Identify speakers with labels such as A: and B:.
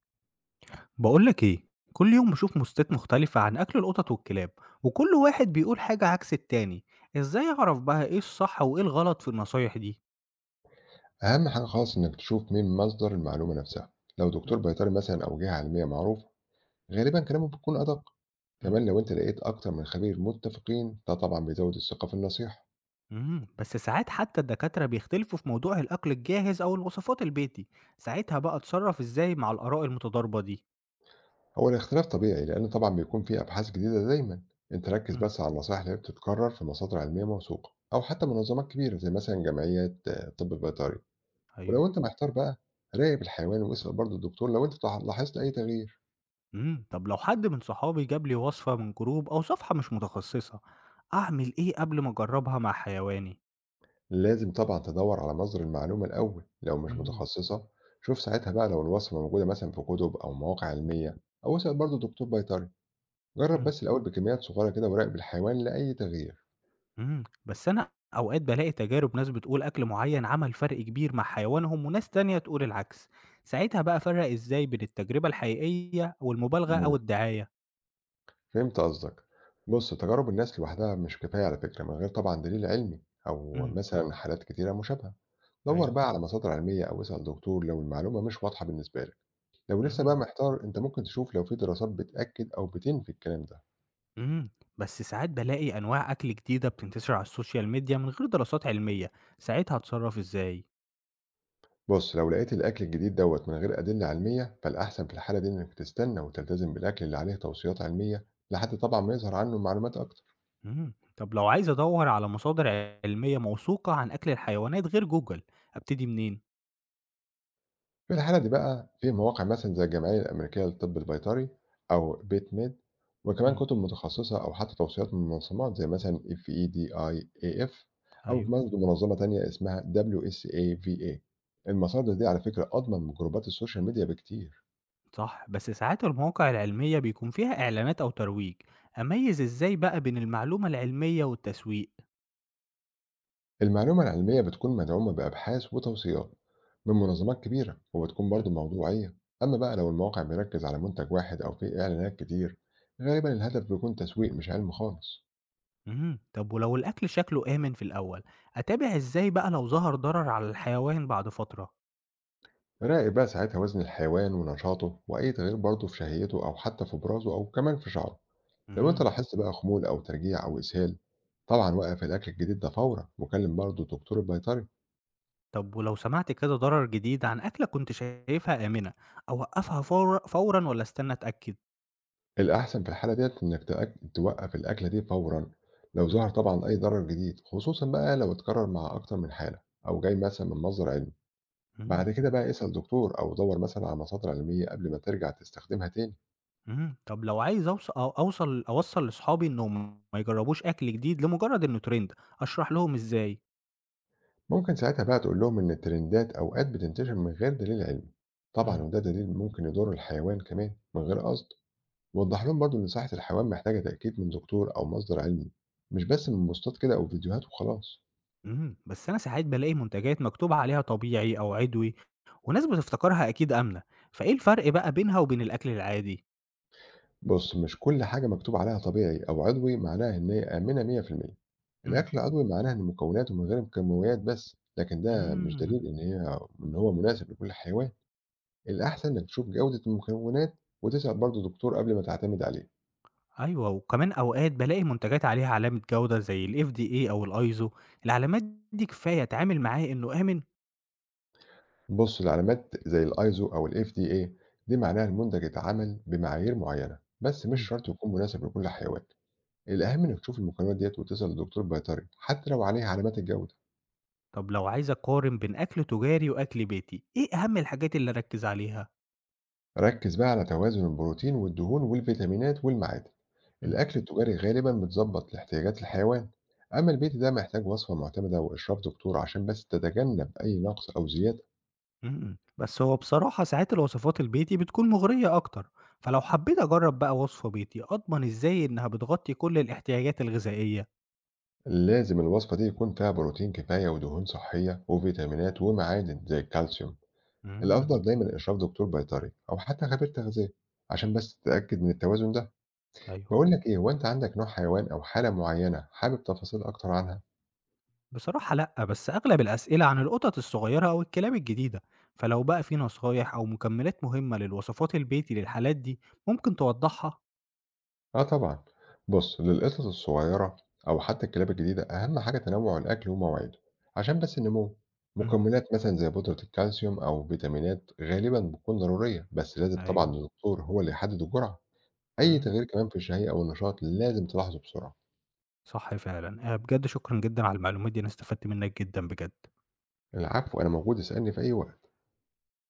A: بقولك ايه، كل يوم بشوف بوستات مختلفة عن أكل القطط والكلاب، وكل واحد بيقول حاجة عكس التاني. ازاي أعرف بقى ايه الصح وايه الغلط في النصايح دي؟
B: أهم حاجة خالص إنك تشوف مين مصدر المعلومة نفسها، لو دكتور
A: مم،
B: بيطري مثلا أو جهة علمية معروفة. غالبا كلامه بيكون أدق.
A: مم،
B: كمان لو أنت لقيت أكتر من خبير متفقين ده طبعا بيزود الثقة في النصيحة.
A: مم. بس ساعات حتى الدكاترة بيختلفوا في موضوع الأكل الجاهز أو الوصفات البيتي. ساعتها بقى أتصرف ازاي مع الآراء المتضاربة دي؟
B: هو الاختلاف طبيعي لأن طبعا بيكون في أبحاث جديدة دايما. أنت ركز
A: مم،
B: بس على النصائح اللي بتتكرر في مصادر علمية موثوقة أو حتى منظمات كبيرة زي مثلا جمعية طب بيطري. ولو
A: أيوه.
B: أنت محتار بقى راقب الحيوان واسأل برضه الدكتور لو أنت لاحظت أي تغيير.
A: مم. طب لو حد من صحابي جاب لي وصفة من جروب أو صفحة مش متخصصة، أعمل ايه قبل ما أجربها مع حيواني؟
B: لازم طبعًا تدوّر على مصدر المعلومة الأول، لو مش
A: مم،
B: متخصصة. شوف ساعتها بقى لو الوصفة موجودة مثلًا في كُتب أو مواقع علمية أو اسأل برضه دكتور بيطري. جرّب
A: مم.
B: بس الأول بكميات صغيرة كده وراقب الحيوان لأي تغيير.
A: بس أنا أوقات بالاقي تجارب ناس بتقول أكل معيّن عمل فرق كبير مع حيوانهم وناس تانية تقول العكس، ساعتها بقى أفرّق إزاي بين التجربة الحقيقية والمبالغة أو
B: إمم.
A: الدعاية؟
B: فهمت قصدك. بُص، تجارب الناس لوحدها مش كفاية على فكرة من غير طبعًا دليل علمي أو
A: إمم،
B: مثلًا حالات كتيرة مشابهة. دوّر
A: أيوه،
B: بقى على مصادر علمية أو اسأل دكتور لو المعلومة مش واضحة بالنسبة لك. لو لسه بقى
A: إمم.
B: محتار، أنت ممكن تشوف لو في دراسات بتأكد أو بتنفي الكلام ده.
A: إمم، بس ساعات بالاقي أنواع أكل جديدة بتنتشر على السوشيال ميديا من غير دراسات علمية، ساعتها أتصرّف إزاي؟
B: بص، لو لقيت الأكل الجديد دوت من غير أدلة علمية فالأحسن في الحالة دي إنك تستنى وتلتزم بالأكل اللي عليه توصيات علمية لحد طبعا ما يظهر عنه معلومات أكتر.
A: طب لو عايز أدوّر على مصادر علمية موثوقة عن أكل الحيوانات غير جوجل، أبتدي منين؟
B: في الحالة دي بقى في مواقع مثلا زي الجمعية الأمريكية للطب البيطري، أو بيت ميد، وكمان
A: إمم،
B: كتب متخصصة أو حتى توصيات من منظمات زي مثلا اف اي دي اي اي اف، أو
A: أيوه.
B: برضه منظمة تانية اسمها WSAVA. المصادر دي على فكرة أضمن من جروبات السوشيال ميديا بكتير.
A: صح، بس ساعات المواقع العلمية بيكون فيها إعلانات أو ترويج. أميز إزاي بقى بين المعلومة العلمية والتسويق؟
B: المعلومة العلمية بتكون مدعومة بأبحاث وتوصيات من منظمات كبيرة، وبتكون برضه
A: مم.
B: موضوعية. أما بقى لو الموقع بيركز على منتج واحد أو فيه إعلانات كتير، غالبا الهدف بيكون تسويق مش علم خالص.
A: مم. طب ولو الأكل شكله آمن في الأول، أتابع إزاي بقى لو ظهر ضرر على الحيوان بعد فترة؟
B: راقب بقى ساعتها وزن الحيوان ونشاطه وأي تغيير برضه في شهيته أو حتى في برازه أو كمان في شعره. لو أنت
A: مم.
B: لاحظت بقى خمول أو ترجيع أو إسهال، طبعا وقف الأكل الجديد ده فورا وكلم برضه دكتور البيطري.
A: طب ولو سمعت كده ضرر جديد عن أكلة كنت شايفها آمنة، أوقفها فورا فورا ولا استنى أتأكد؟
B: الأحسن في الحالة ديّة إنّك توقّف الأكلة دي فورًا، لو
A: مم.
B: ظهر طبعًا أي ضرر جديد، خصوصًا بقى لو اتكرر مع أكتر من حالة أو جاي مثلًا من مصدر علمي.
A: مم.
B: بعد كده بقى اسأل دكتور أو دَوّر مثلًا على مصادر علمية قبل ما ترجع تستخدمها تاني.
A: مم. طب لو عايز أوصل لأصحابي إنهم ما يجربوش أكل جديد لمجرد إنه ترند، أشرح لهم إزاي؟
B: ممكن ساعتها بقى تقول لهم إن الترندات أوقات بتنتشر من غير دليل علمي، طبعًا
A: مم.
B: وده دليل ممكن يضر الحيوان كمان من غير قصد. وضّح لهم برضه إن صحة الحيوان محتاجة تأكيد من دكتور أو مصدر علمي، مش بس من بوستات كده أو فيديوهات وخلاص.
A: بس أنا ساعات بالاقي منتجات مكتوب عليها طبيعي أو عضوي، وناس بتفتكرها أكيد آمنة، فإيه الفرق بقى بينها وبين الأكل العادي؟
B: بُص، مش كل حاجة مكتوب عليها طبيعي أو عضوي معناها إن هي آمنة 100%.
A: إمم،
B: الأكل العضوي معناها إن مكوناته من غير مكمويات بس، لكن ده مش
A: إمم،
B: دليل إن هو مناسب لكل حيوان. الأحسن إنك تشوف جودة المكونات وتسأل برضه دكتور قبل ما تعتمد عليه.
A: أيوه، وكمان أوقات بالاقي منتجات عليها علامة جودة زي الFDA أو الISO، العلامات دي كفاية أتعامل معاه إنه آمن؟
B: بُص، العلامات زي الISO أو الFDA دي معناها المنتج اتعمل بمعايير معينة، بس مش
A: إمم،
B: شرط يكون مناسب لكل حيوان. الأهم إنك تشوف المكونات ديّة وتسأل الدكتور بيطري حتى لو عليها علامات الجودة.
A: طب لو عايز أقارن بين أكل تجاري وأكل بيتي، إيه أهم الحاجات اللي أركّز عليها؟
B: ركز بقى على توازن البروتين والدهون والفيتامينات والمعادن.
A: إمم.
B: الأكل التجاري غالبا متظبط لاحتياجات الحيوان. أما البيتي ده محتاج وصفة معتمدة وإشراف دكتور عشان بس تتجنب أي نقص أو زيادة.
A: بس هو بصراحة ساعات الوصفات البيتي بتكون مغرية أكتر، فلو حبيت أجرّب بقى وصفة بيتي أضمن إزاي إنها بتغطي كل الاحتياجات الغذائية؟
B: لازم الوصفة دي يكون فيها بروتين كفاية ودهون صحية وفيتامينات ومعادن زي الكالسيوم.
A: إمم،
B: الأفضل دايما إشراف دكتور بيطري أو حتى خبير تغذية عشان بس تتأكد من التوازن ده.
A: أيوه،
B: بقول لك إيه، هو أنت عندك نوع حيوان أو حالة معينة حابب تفاصيل أكتر عنها؟
A: بصراحة لأ، بس أغلب الأسئلة عن القطط الصغيرة أو الكلاب الجديدة، فلو بقى في نصايح أو مكملات مهمة للوصفات البيتي للحالات دي ممكن توضحها؟
B: آه طبعًا. بُص، للقطط الصغيرة أو حتى الكلاب الجديدة أهم حاجة تنوع الأكل ومواعيده، عشان بس النمو.
A: إمم،
B: مكملات مثلًا زي بودرة الكالسيوم أو فيتامينات غالبًا بتكون ضرورية، بس لازم طبعًا
A: أيوه،
B: الدكتور هو اللي يحدد الجرعة. أي
A: إمم،
B: تغيير كمان في الشهية أو النشاط لازم تلاحظه بسرعة.
A: صح فعلًا، بجد شكرًا جدًا على المعلومات دي، أنا استفدت منك جدًا بجد.
B: العفو، أنا موجود اسألني في أي وقت.